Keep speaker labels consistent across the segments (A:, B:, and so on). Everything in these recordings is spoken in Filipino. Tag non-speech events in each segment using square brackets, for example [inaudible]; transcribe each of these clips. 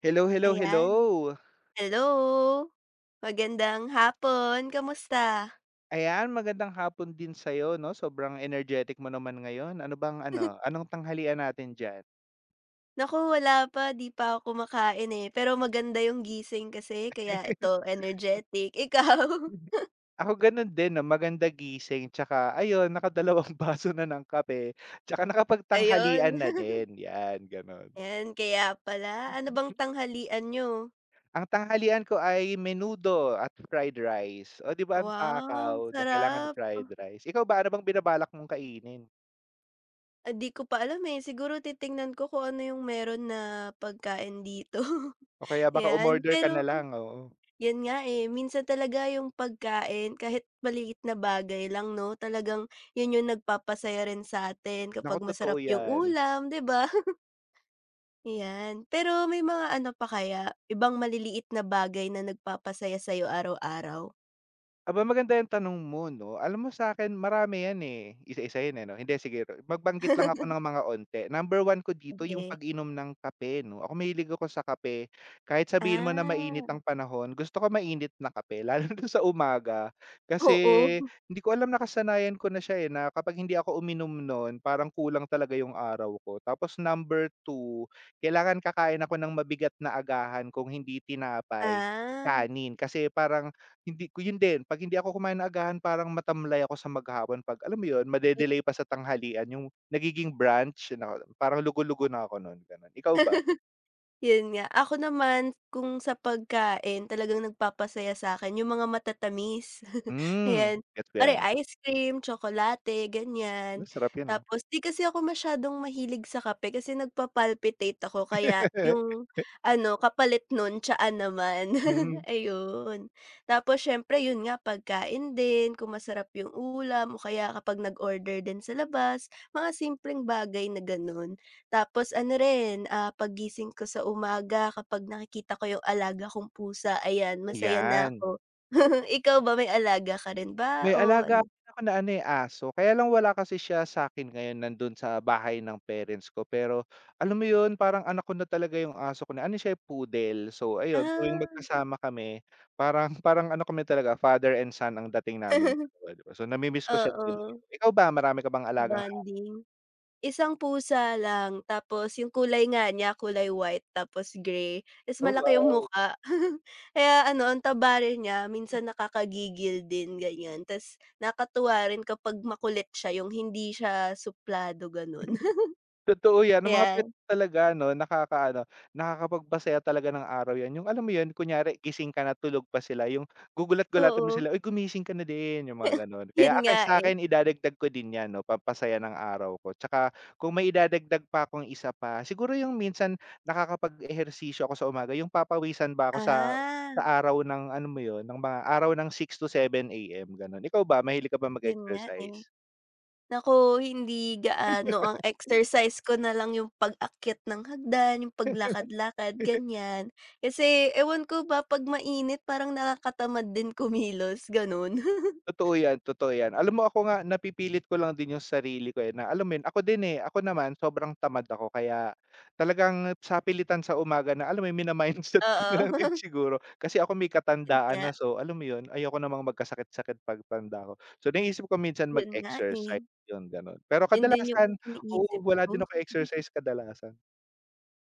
A: Hello, hello,
B: Ayan,
A: hello.
B: hello. Magandang hapon, kamusta?
A: Ayan, magandang hapon din sa'yo 'no, sobrang energetic mo naman ngayon. Ano bang ano, anong tanghalian natin diyan?
B: Naku, wala pa, 'di pa ako kumakain, eh, pero maganda yung gising kasi kaya ito,
A: [laughs]
B: energetic. Ikaw? [laughs]
A: Ako gano'n din 'no, maganda gising tsaka ayun nakadalawang [laughs] baso na ng kape tsaka
B: Ayun.
A: nakapagtanghalian na
B: [laughs]
A: din, 'yan gano'n.
B: Ayan, kaya pala. Ano bang tanghalian niyo?
A: Ang tanghalian ko ay menudo at fried rice. O 'di ba ang takaw
B: Wow,
A: na kailangan
B: sarap.
A: fried rice. Ikaw ba, ano bang binabalak mong kainin?
B: Ah, 'di ko pa alam, eh, siguro titingnan ko kung ano yung meron na pagkain dito, [laughs]
A: O kaya baka
B: ayan.
A: umorder ka na
B: Pero
A: lang, oo.
B: Yan nga, eh, minsan talaga yung pagkain kahit maliit na bagay lang 'no, talagang yun yung nagpapasaya rin sa atin
A: Naku,
B: kapag
A: totoo
B: masarap yung
A: 'yan.
B: ulam, 'di ba? [laughs] Yan, pero may mga ano pa kaya, ibang maliliit na bagay na nagpapasaya sa'yo araw-araw?
A: Aba, maganda yung tanong mo 'no. Alam mo sa'kin marami yan, eh, isa-isa yan, eh, 'no? Hindi magbanggit lang ako
B: [laughs]
A: ng mga onti. Number one ko dito yung
B: Sige.
A: pag-inom ng kape 'no. Ako mahilig ako sa kape. Kahit sabihin mo na mainit
B: Ah,
A: ang panahon, gusto ko mainit na kape [laughs] lalo na sa umaga. Kasi
B: oo.
A: hindi ko alam nakasanayan ko na siya, eh, na kapag hindi ako uminom noon parang kulang talaga yung araw ko. Tapos number two kailangan kakain ako ng mabigat na agahan kung hindi tinapay,
B: Ah.
A: kanin. Kasi parang hindi ko yun din, 'pag hindi ako kumain ng agahan parang matamlay ako sa maghapon 'pag alam mo yun, made-delay pa sa tanghalian yung nagiging brunch na parang lugo-lugo na ako nun, gano'n. Ikaw ba?
B: Yun nga. Ako naman kung sa pagkain talagang nagpapasaya sa akin yung mga matatamis. [laughs]
A: Hmm,
B: Ayan,
A: gets ko
B: pare
A: 'yan.
B: ice cream, tsokolate, ganyan.
A: Masarap 'yan, ah.
B: Tapos 'di kasi ako masyadong mahilig sa kape kasi ako kaya yung
A: [laughs]
B: ano, kapalit nun tsaa naman,
A: Hmm,
B: [laughs] ayun. Tapos siyempre yun nga pagkain din, kung masarap yung ulam o kaya kapag nag-order din sa labas, mga simpleng bagay na ganun. Tapos ano rin, ah, paggising ko sa umaga kapag nakikita ko yung alaga kong pusa, ayan masaya na
A: 'yan.
B: ako. [laughs] Ikaw ba may alaga ka rin ba
A: May
B: o
A: alaga
B: ano?
A: din ako na ano, eh, aso kaya lang wala kasi siya sa akin ngayon nandun sa bahay ng parents ko pero alam mo yun parang anak ko na talaga yung aso ko na ano siya, eh, poodle. So ayun tuwing
B: Ah,
A: magkasama kami parang [laughs] ano kami talaga father and son ang dating naming dalawa, 'di ba? So nami
B: [laughs]
A: ko siya tuloy.
B: oo,
A: Ikaw ba marami ka bang alagang ha
B: bonding. Isang pusa lang tapos yung kulay nga niya kulay white tapos grey, ta's
A: oh,
B: malaki yung
A: wow.
B: mukha. [laughs] Kaya ano ang taba rin niya minsan nakakagigil din ganyan ta's nakakatuwa rin kapag makulit siya yung hindi siya suplado gano'n, [laughs]
A: Totoo 'yan, ang mga pet
B: ayan.
A: talaga 'no, nakakaano, nakakapagpasaya talaga ng araw 'yan. Yung alam mo 'yun, kunyari gising ka na, tulog pa sila, yung gugulat-gulatan mo
B: Oo,
A: sila, "Uy, gumising ka na din," yung mga gano'n. Kaya
B: yun
A: ako
B: nga,
A: sa
B: eh.
A: akin idadagdag ko din 'yan 'no, pampasaya ng araw ko. Tsaka kung may idadagdag pa akong isa pa, siguro yung minsan nakakapag-ehersisyo ako sa umaga, yung papawisan ba ako sa
B: Ah,
A: sa araw ng ano mo 'yun, ng mga araw ng 6 to 7 AM, gano'n. Ikaw ba, mahilig ka ba
B: yun nga, eh.
A: mag-exercise?
B: Naku, hindi gaano ang exercise ko na lang yung pag-akyat ng hagdan, yung paglakad-lakad, ganyan. Kasi ewan ko ba 'pag mainit parang nakakatamad din kumilos, gano'n. [laughs]
A: Totoo yan, totoo yan. Alam mo ako nga napipilit ko lang din yung sarili ko, eh, na alam mo yun, ako din, eh, ako naman sobrang tamad ako kaya talagang sa pilitan sa umaga na alam mo yun mina-mindset [laughs] ko na
B: Oo,
A: lang din
B: [laughs]
A: siguro. Kasi ako may
B: yun
A: katandaan
B: nga,
A: na so alam mo yun, ayoko namang magkasakit-sakit pagtanda ko. So naisip ko minsan
B: yun nga, eh.
A: mag-exercise, yun gano'n. Pero
B: Yun din yung
A: kadalasan
B: iniisip
A: oo, wala
B: ko.
A: din ako exercise kadalasan.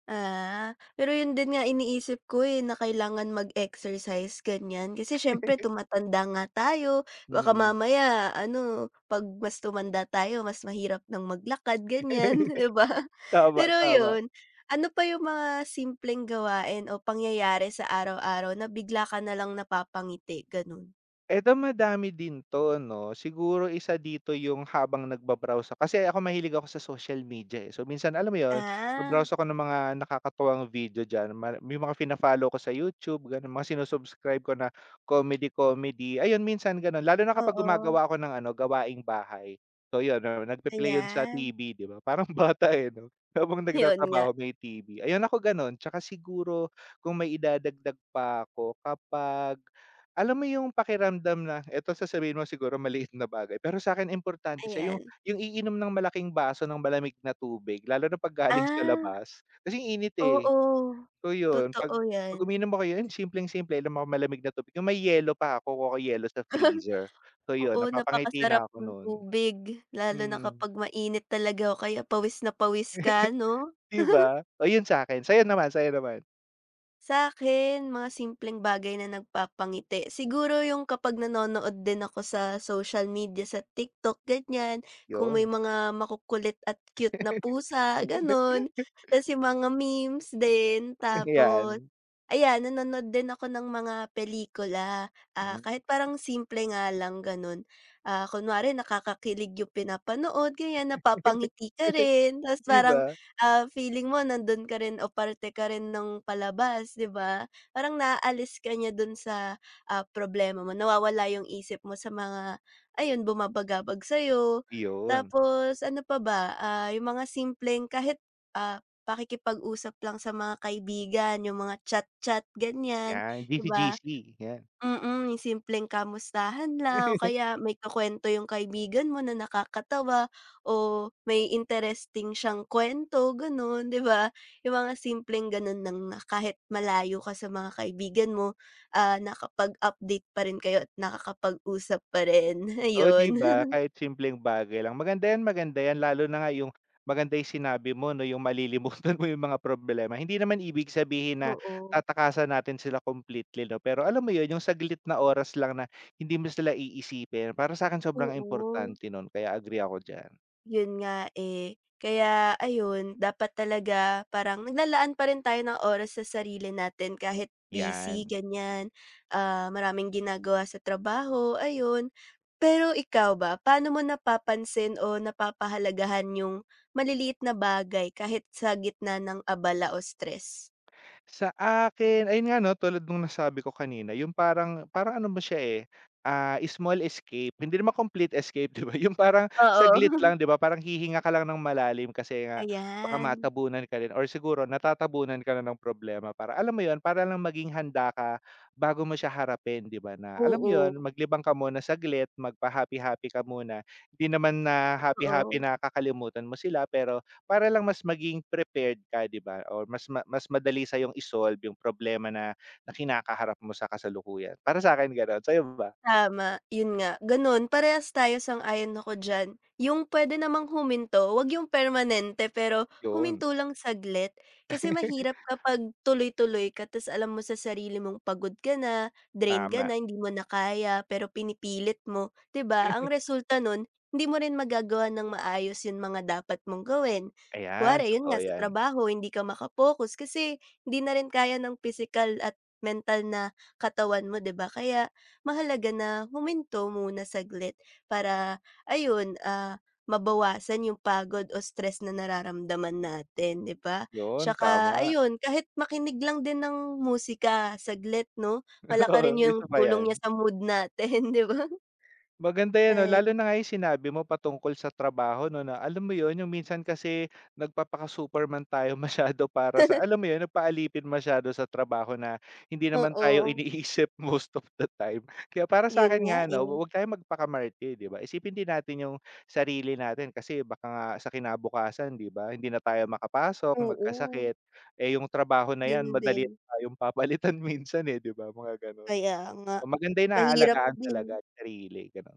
B: Ah, pero yun din nga iniisip ko, eh, na kailangan mag-exercise ganyan kasi siyempre tumatanda nga tayo baka
A: Mm.
B: mamaya ano 'pag mas tumanda tayo mas mahirap ng maglakad ganyan, [laughs]
A: [laughs]
B: 'di ba?
A: Tama,
B: Pero
A: tama.
B: yun, ano pa yung mga simpleng gawain o pangyayari sa araw-araw na bigla ka nalang napapangiti, ganun?
A: Eto madami din 'to 'no, siguro isa dito yung habang nagba-browse ako kasi ako mahilig ako sa social media, eh. So, minsan alam mo yun,
B: Ah,
A: ba-browse ako ng mga nakakatuwang video diyan, may mga fina-follow ko sa YouTube gano'n, mga sinu-subscribe ko na comedy-comedy, ayun minsan gano'n. Lalo na kapag
B: oo,
A: gumagawa ako ng ano, gawaing bahay. So, yun, ah, nagpe-play yun sa
B: ayan.
A: TV, 'di ba, parang [laughs] bata, eh, 'no? Habang
B: Yun nga,
A: nagtatrabaho may TV, ayun ako gano'n. Tsaka siguro kung maidadagdag pa ako kapag alam mo yung pakiramdam na eto sasabihin mo siguro maliit na bagay, pero sa akin importante siya yung
B: ayan.
A: iinom ng malaking baso ng malamig na tubig lalo na 'pag galing sa
B: Ah,
A: labas. Kasi yung init, eh.
B: oo,
A: So, yun 'pag
B: totoo
A: 'pag
B: yan.
A: uminom ako yun simpleng-simple inom ako malamig na tubig, yung may yelo pa kukuha ko yelo sa freezer. So, yun
B: Oo,
A: napapangiti
B: napakasarap
A: na ako
B: ng
A: nun.
B: tubig, lalo na
A: Mm,
B: kapag mainit talaga o kaya pawis na pawis ka, 'no?
A: 'di ba? Oh, yun sa'kin. Sa'yo naman, sa'yo naman?
B: Sa akin mga simpleng bagay na nagpapangiti. Siguro yung kapag nanonood din ako sa social media, sa TikTok, ganyan. Kung may
A: Yun.
B: mga makukulit at cute na pusa, gano'n.
A: [laughs]
B: Ta's yung mga memes din. Tapos
A: Yan.
B: ayan, nanonood din ako ng mga pelikula. Ah,
A: Hmm.
B: kahit parang simple nga lang, gano'n. Ah, kunwari nakakakilig yung pinapanood, ganyan, napapangiti ka
A: [laughs]
B: rin. Ta's
A: 'Di
B: parang
A: ba?
B: Ah, feeling mo nandun ka rin o parte ka rin nung palabas, 'di ba? Parang naaalis ka niya dun sa, ah, problema mo, nawawala yung isip mo sa mga ayun, bumabagabag sa'yo.
A: Yun,
B: Tapos ano pa ba, ah, yung mga simpleng kahit, ah, pakikipag-usap lang sa mga kaibigan, yung mga chat-chat, ganyan,
A: yan.
B: 'di
A: GC,
B: ba?
A: GC, yan.
B: Mm, yung simpleng kamustahan lang o kaya may kukuwento yung kaibigan mo na nakakatawa o may interesting siyang kwento gano'n, 'di ba? Yung mga simpleng gano'n lang na kahit malayo ka sa mga kaibigan mo, ah, nakapag-update pa rin kayo at nakakapag-usap pa rin, [laughs]
A: O 'di
B: ayun.
A: ba?
B: [laughs]
A: Kahit simpleng bagay lang. Maganda 'yan lalo na nga yung maganda yung sinabi mo 'no, yung malilimutan [laughs] mo yung mga problema. Hindi naman ibig sabihin na
B: Oo,
A: tatakasan natin sila completely 'no, pero alam mo 'yun, yung saglit na oras lang na hindi mo sila iisipin, para sa sa'kin sobrang
B: oo.
A: importante nun, kaya agree ako diyan.
B: Yun nga, eh. Kaya ayun, dapat talaga parang naglalaan pa rin tayo ng oras sa sarili natin kahit busy,
A: 'Yan.
B: ganyan, ah, maraming ginagawa sa trabaho, ayun. Pero ikaw ba, paano mo napapansin o napapahalagahan yung maliliit na bagay kahit sa gitna ng abala o stress?
A: Sa akin, ayun nga 'no, tulad nung nasabi ko kanina, yung parang parang ano ba siya, eh, ah, small escape. Hindi naman complete escape, [laughs] 'di ba? Yung parang
B: Oo.
A: saglit lang, 'di
B: [laughs]
A: ba? Parang hihinga ka lang ng malalim kasi nga baka
B: Ayan.
A: matabunan ka rin or siguro natatabunan ka na ng problema. Para alam mo yun, para lang maging handa ka bago mo siya harapin, 'di ba? Na alam mo
B: Oo,
A: yun, maglibang ka muna saglit, magpa-happy-happy ka muna. Hindi naman na happy-happy
B: Totoo.
A: na kakalimutan mo sila pero para lang mas maging prepared ka, 'di ba, or mas madali sa'yong i-solve yung problema na na kinakaharap mo sa kasalukuyan. Para sa akin gano'n, sa'yo ba?
B: Tama, yun nga, ganun parehas tayo sang-ayon ako diyan. Yung puwede namang huminto, 'wag yung permanente pero
A: Yun.
B: huminto lang saglit. Kasi mahirap
A: [laughs]
B: kapag tuloy-tuloy ka ta's alam mo sa sarili mong pagod ka na, drain ka
A: Tama,
B: na, hindi mo na kaya pero pinipilit mo, 'di ba? Ang resulta nun, hindi mo rin magagawa ng maayos yung mga dapat mong gawin.
A: ayan,
B: Kunwari yun
A: totoo
B: nga sa
A: yan.
B: trabaho hindi ka makapokus kasi hindi na rin kaya ng physical at mental na katawan mo, 'di ba? Kaya mahalaga na huminto muna saglit para ayun, ah, mabawasan yung pagod o stress na nararamdaman natin, 'di ba?
A: Yun,
B: Tsaka
A: tama.
B: ayun, kahit makinig lang din ng musika saglit 'no,
A: [laughs]
B: malaki rin
A: Oo,
B: yung
A: isa pa
B: tulong niya
A: yan.
B: sa mood natin, [laughs] 'di ba?
A: Maganda 'yan 'no,
B: Ay,
A: lalo na nga yung sinabi mo patungkol sa trabaho 'no, na alam mo 'yun, yung minsan kasi nagpapaka-Superman tayo [laughs] masyado para sa alam mo 'yun, nagpaalipin masyado sa trabaho na hindi naman tayo
B: oo,
A: iniisip [laughs] most of the time. Kaya para sa
B: yun
A: sa'kin
B: nga,
A: nga 'no,
B: eh.
A: huwag tayong magpakamartir, 'di ba? Isipin din natin yung sarili natin kasi baka nga sa kinabukasan, 'di ba, hindi na tayo makapasok,
B: Oo,
A: magkasakit, eh, yung trabaho na
B: yun
A: 'yan
B: din.
A: madali tayong papalitan [laughs] minsan, eh, 'di ba, mga gano'n.
B: Kaya nga,
A: So maganda yung
B: mahirap
A: naalagaan
B: din.
A: talaga sarili, gano'n.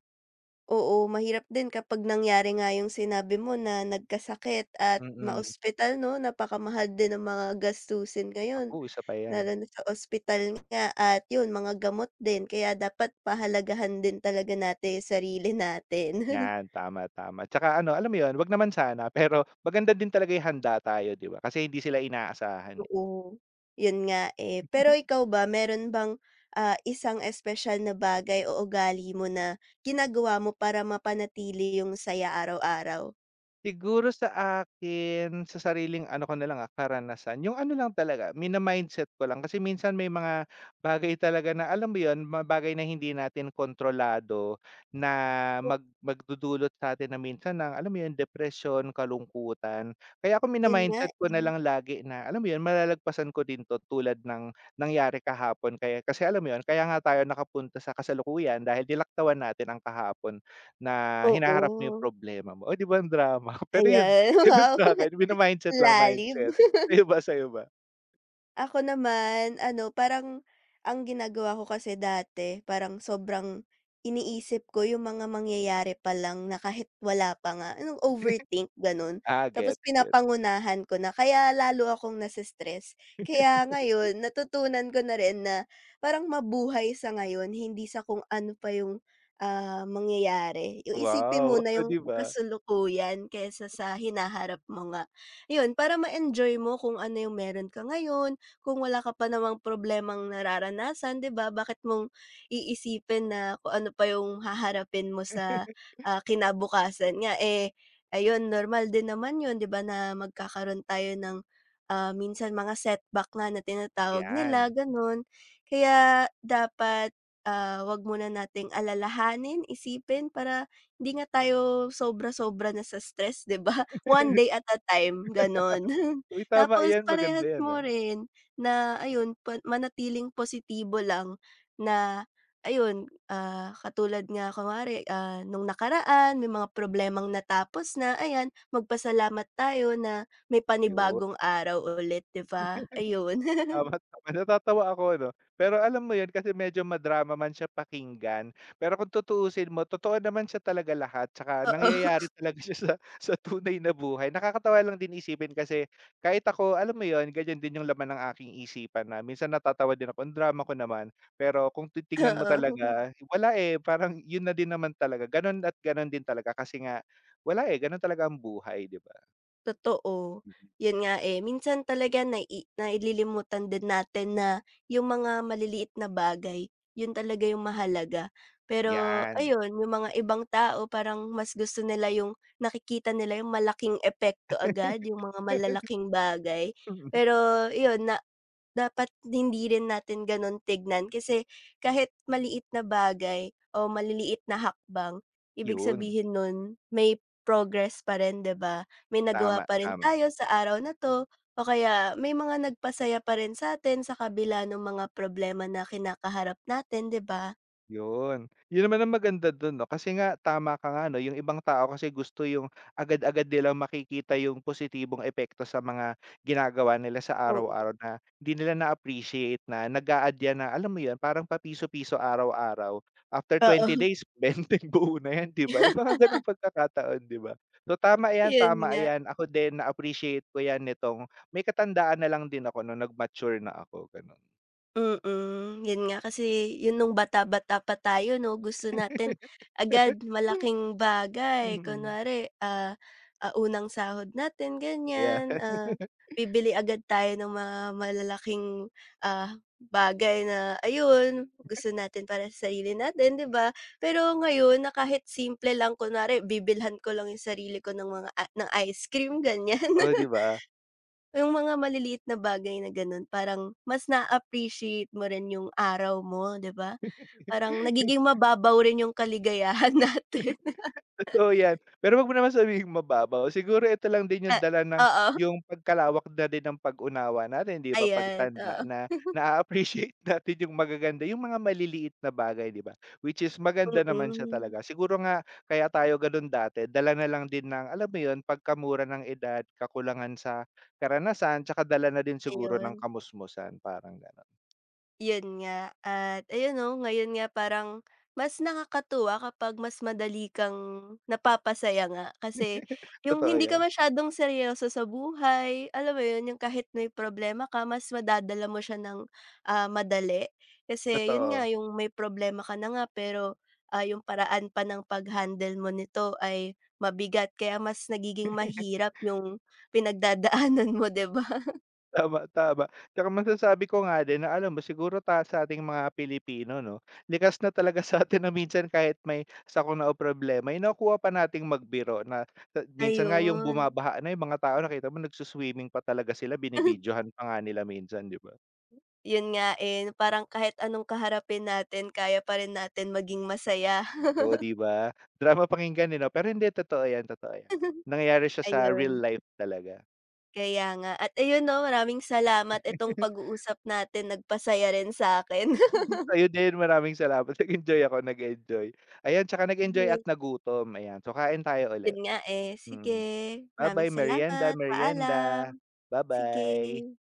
B: Oo, mahirap din kapag nangyari nga yung sinabi mo na nagkasakit at
A: Mm.
B: maospital 'no, napakamahal din ng mga gastusin ngayon,
A: Naku, isa pa 'yan.
B: lalo na sa ospital nga at yun mga gamot din kaya dapat pahalagahan din talaga natin yung sarili natin. [laughs]
A: 'Yan, tama, tama. Tsaka ano, alam mo 'yun, 'wag naman sana, pero maganda din talaga 'yung handa tayo, 'di ba? Kasi hindi sila inaasahan, eh.
B: Oo, yun nga, eh. Pero ikaw ba meron bang, ah, isang espesyal na bagay o ugali mo na ginagawa mo para mapanatili yung saya araw-araw?
A: Siguro sa akin, sa sariling ano ko na lang, ah, karanasan, yung ano lang talaga, mina-mindset ko lang. Kasi minsan may mga bagay talaga na, alam mo yun, mga bagay na hindi natin kontrolado na
B: Oh.
A: magdudulot sa'tin na minsan ng, alam mo yun, depresyon, kalungkutan. Kaya ako
B: Yun nga,
A: mina-mindset ko na
B: eh,
A: lang lagi na, alam mo yun, malalagpasan ko din 'to tulad ng nangyari kahapon. Kaya kasi alam mo yun, kaya nga tayo nakapunta sa kasalukuyan dahil dilaktawan natin ang kahapon. Na hinaharap mo yung
B: oo.
A: problema mo. Oh, 'di ba ang drama? [laughs] Pero yun,
B: Ayan,
A: ganun
B: [laughs] wow,
A: sa'kin mina-mindset lang,
B: lalim.
A: mindset. Sa'yo ba, sa'yo ba?
B: Ako naman ano parang ang ginagawa ko kasi dati parang sobrang iniisip ko yung mga mangyayari pa lang na kahit wala pa nga, yung overthink gano'n.
A: Ah, get,
B: Tapos
A: get.
B: pinapangunahan ko na kaya lalo akong nase-stress.
A: [laughs]
B: Kaya ngayon natutunan ko na rin na parang mabuhay sa ngayon hindi sa kung ano pa yung, ah, mangyayari. Yung isipin mo
A: Wow, [laughs]
B: na
A: oh,
B: yung
A: 'di ba?
B: kasalukuyan kaysa sa hinaharap mo nga. Yun para ma-enjoy mo kung ano yung meron ka ngayon kung wala ka pa namang problemang nararanasan, 'di ba? Bakit mong iisipin na kung ano pa yung haharapin mo sa,
A: [laughs]
B: ah, kinabukasan nga, eh, ayun normal din naman yun, 'di ba, na magkakaroon tayo ng, ah, minsan mga setback nga na tinatawag nila,
A: Yan.
B: gano'n. Kaya dapat, ah, 'wag muna nating alalahanin, isipin para hindi nga tayo sobra-sobra na sa stress, 'di ba? [laughs] One day at a time, gano'n. [laughs]
A: Uy, tama
B: Tapos
A: yan, maganda
B: parehas
A: yan,
B: mo
A: ah.
B: rin na ayun pa manatiling positibo lang na ayun, ah, katulad nga kunwari, ah, nung nakaraan may mga problemang natapos na, ayan magpasalamat tayo na may
A: Yun,
B: panibagong araw ulit 'di ba? Ayun. [laughs]
A: tama, tama. Natatawa ako 'no. Pero alam mo 'yun kasi medyo madrama man siya pakinggan, pero kung tutuusin mo totoo naman siya talaga lahat tsaka
B: Oo,
A: nangyayari talaga siya sa [laughs] sa tunay na buhay. Nakakatawa lang din isipin kasi kahit ako alam mo 'yun, ganyan din 'yung laman ng aking isipan na minsan natatawa din ako, ang drama ko naman. Pero kung titingnan mo
B: [laughs] oo.
A: talaga, wala, eh, parang 'yun na din naman talaga, gano'n at gano'n din talaga kasi nga wala, eh, gano'n talaga ang buhay, 'di ba?
B: Totoo. Yun nga, eh, minsan talaga na naililimutan din natin na yung mga maliliit na bagay, yun talaga yung mahalaga. Pero
A: 'Yan.
B: ayun, yung mga ibang tao parang mas gusto nila yung nakikita nila yung malaking epekto agad, yung mga malalaking bagay.
A: [laughs]
B: Pero yun na dapat hindi rin natin gano'n tignan kasi kahit maliit na bagay o maliliit na hakbang, ibig
A: 'Yun.
B: sabihin nun may progress pa rin, 'di ba? May nagawa
A: Tama,
B: pa rin
A: tama.
B: tayo sa araw na 'to o kaya may mga nagpasaya pa rin sa'tin sa kabila ng mga problema na kinakaharap natin, 'di ba?
A: Yun. Yun naman ang maganda dun 'no, kasi nga tama ka nga 'no, yung ibang tao kasi gusto yung agad-agad nilang makikita yung positibong epekto sa mga ginagawa nila sa
B: Oo.
A: araw-araw na hindi nila na-appreciate na appreciate na nag a yan na alam mo yun, parang papiso-piso araw-araw. After
B: Oo,
A: twenty
B: [laughs]
A: days, [laughs] 20 buo na yan, 'di ba? Yung mga ganong pagkakataon, 'di ba? So tama yan,
B: yun
A: tama
B: nga.
A: yan. Ako din na-appreciate ko yan nitong may katandaan na lang din ako nung nag-mature na ako, ganun.
B: Mm, yun nga kasi yun nung bata-bata pa tayo 'no, gusto natin
A: [laughs]
B: agad malaking bagay.
A: Mm.
B: Kunwari, ah, unang sahod natin
A: Yeah,
B: ganyan, ah, bibili agad tayo ng mga malalaking, ah, bagay na ayun, gusto natin para sa sarili natin, 'di ba? Pero ngayon na kahit simple lang kunwari bibilhan ko lang yung sarili ko ng mga ng ice cream ganyan.
A: oo, 'di
B: [laughs]
A: ba?
B: Yung mga maliliit na bagay na gano'n parang mas na-appreciate mo rin yung araw mo, 'di ba? Parang nagiging
A: [laughs]
B: mababaw rin yung kaligayahan [laughs] natin.
A: Totoo 'yan, pero 'wag mo naman sabihing mababaw, siguro ito lang din yung
B: Ah
A: dala ng
B: oo,
A: yung pagkalawak na din ng pag-unawa natin, 'di ba,
B: ayan,
A: pagtanda
B: oo.
A: na na appreciate [laughs] natin yung magaganda, yung mga maliliit na bagay, 'di ba? Which is maganda naman siya
B: Mm,
A: talaga. Siguro nga kaya tayo gano'n dati, dala na lang din ng, alam mo 'yun, pagkamura ng edad, kakulangan sa karanasan, tsaka dala na din siguro ng
B: ayun.
A: kamusmusan, parang gano'n.
B: Yun nga at ayun 'no, ngayon nga parang mas nakakatuwa kapag mas madali kang napapasaya nga kasi yung
A: Totoo
B: hindi ka
A: 'yan,
B: masyadong seryoso sa buhay, alam mo yun, yung kahit may problema ka mas madadala mo siya ng, ah, madali. Kasi yun
A: totoo.
B: nga yung may problema ka na nga pero, ah, yung paraan pa ng pag-handle mo nito ay mabigat kaya mas nagiging mahirap yung pinagdadaanan mo, 'di ba? [laughs]
A: Tama, tama. Tsaka masasabi ko nga din na alam mo siguro ta sa ating mga Pilipino 'no, likas na talaga sa atin na minsan kahit may sakuna o problema, eh, nakukuha pa nating magbiro na ta minsan nga yung
B: Ayun.
A: bumabaha na yung mga tao nakita mo nagsu-swimming pa talaga sila, binibidyohan pa nga nila minsan, 'di ba?
B: Yun nga, eh, parang kahit anong kaharapin natin kaya pa rin natin maging masaya.
A: Oo, 'di ba? Drama pakinggan, eh, 'no? Pero hindi, totoo yan, totoo yan.
B: [laughs]
A: Nangyayari siya sa real
B: Ayun,
A: life talaga.
B: kaya nga at ayun 'no, maraming salamat itong
A: [laughs]
B: pag-uusap natin nagpasaya rin sa akin. [laughs]
A: Sa'yo din, maraming salamat. [laughs] Nag-enjoy ako, nag-enjoy. Ayan, tsaka nag-enjoy at
B: Sige,
A: nagutom, ayan. So, kain tayo
B: yun
A: ulit.
B: nga, eh. Sige,
A: Mm. Bye
B: maraming
A: bye merienda,
B: salamat,
A: merienda.
B: paalam.
A: Bye bye.
B: Sige.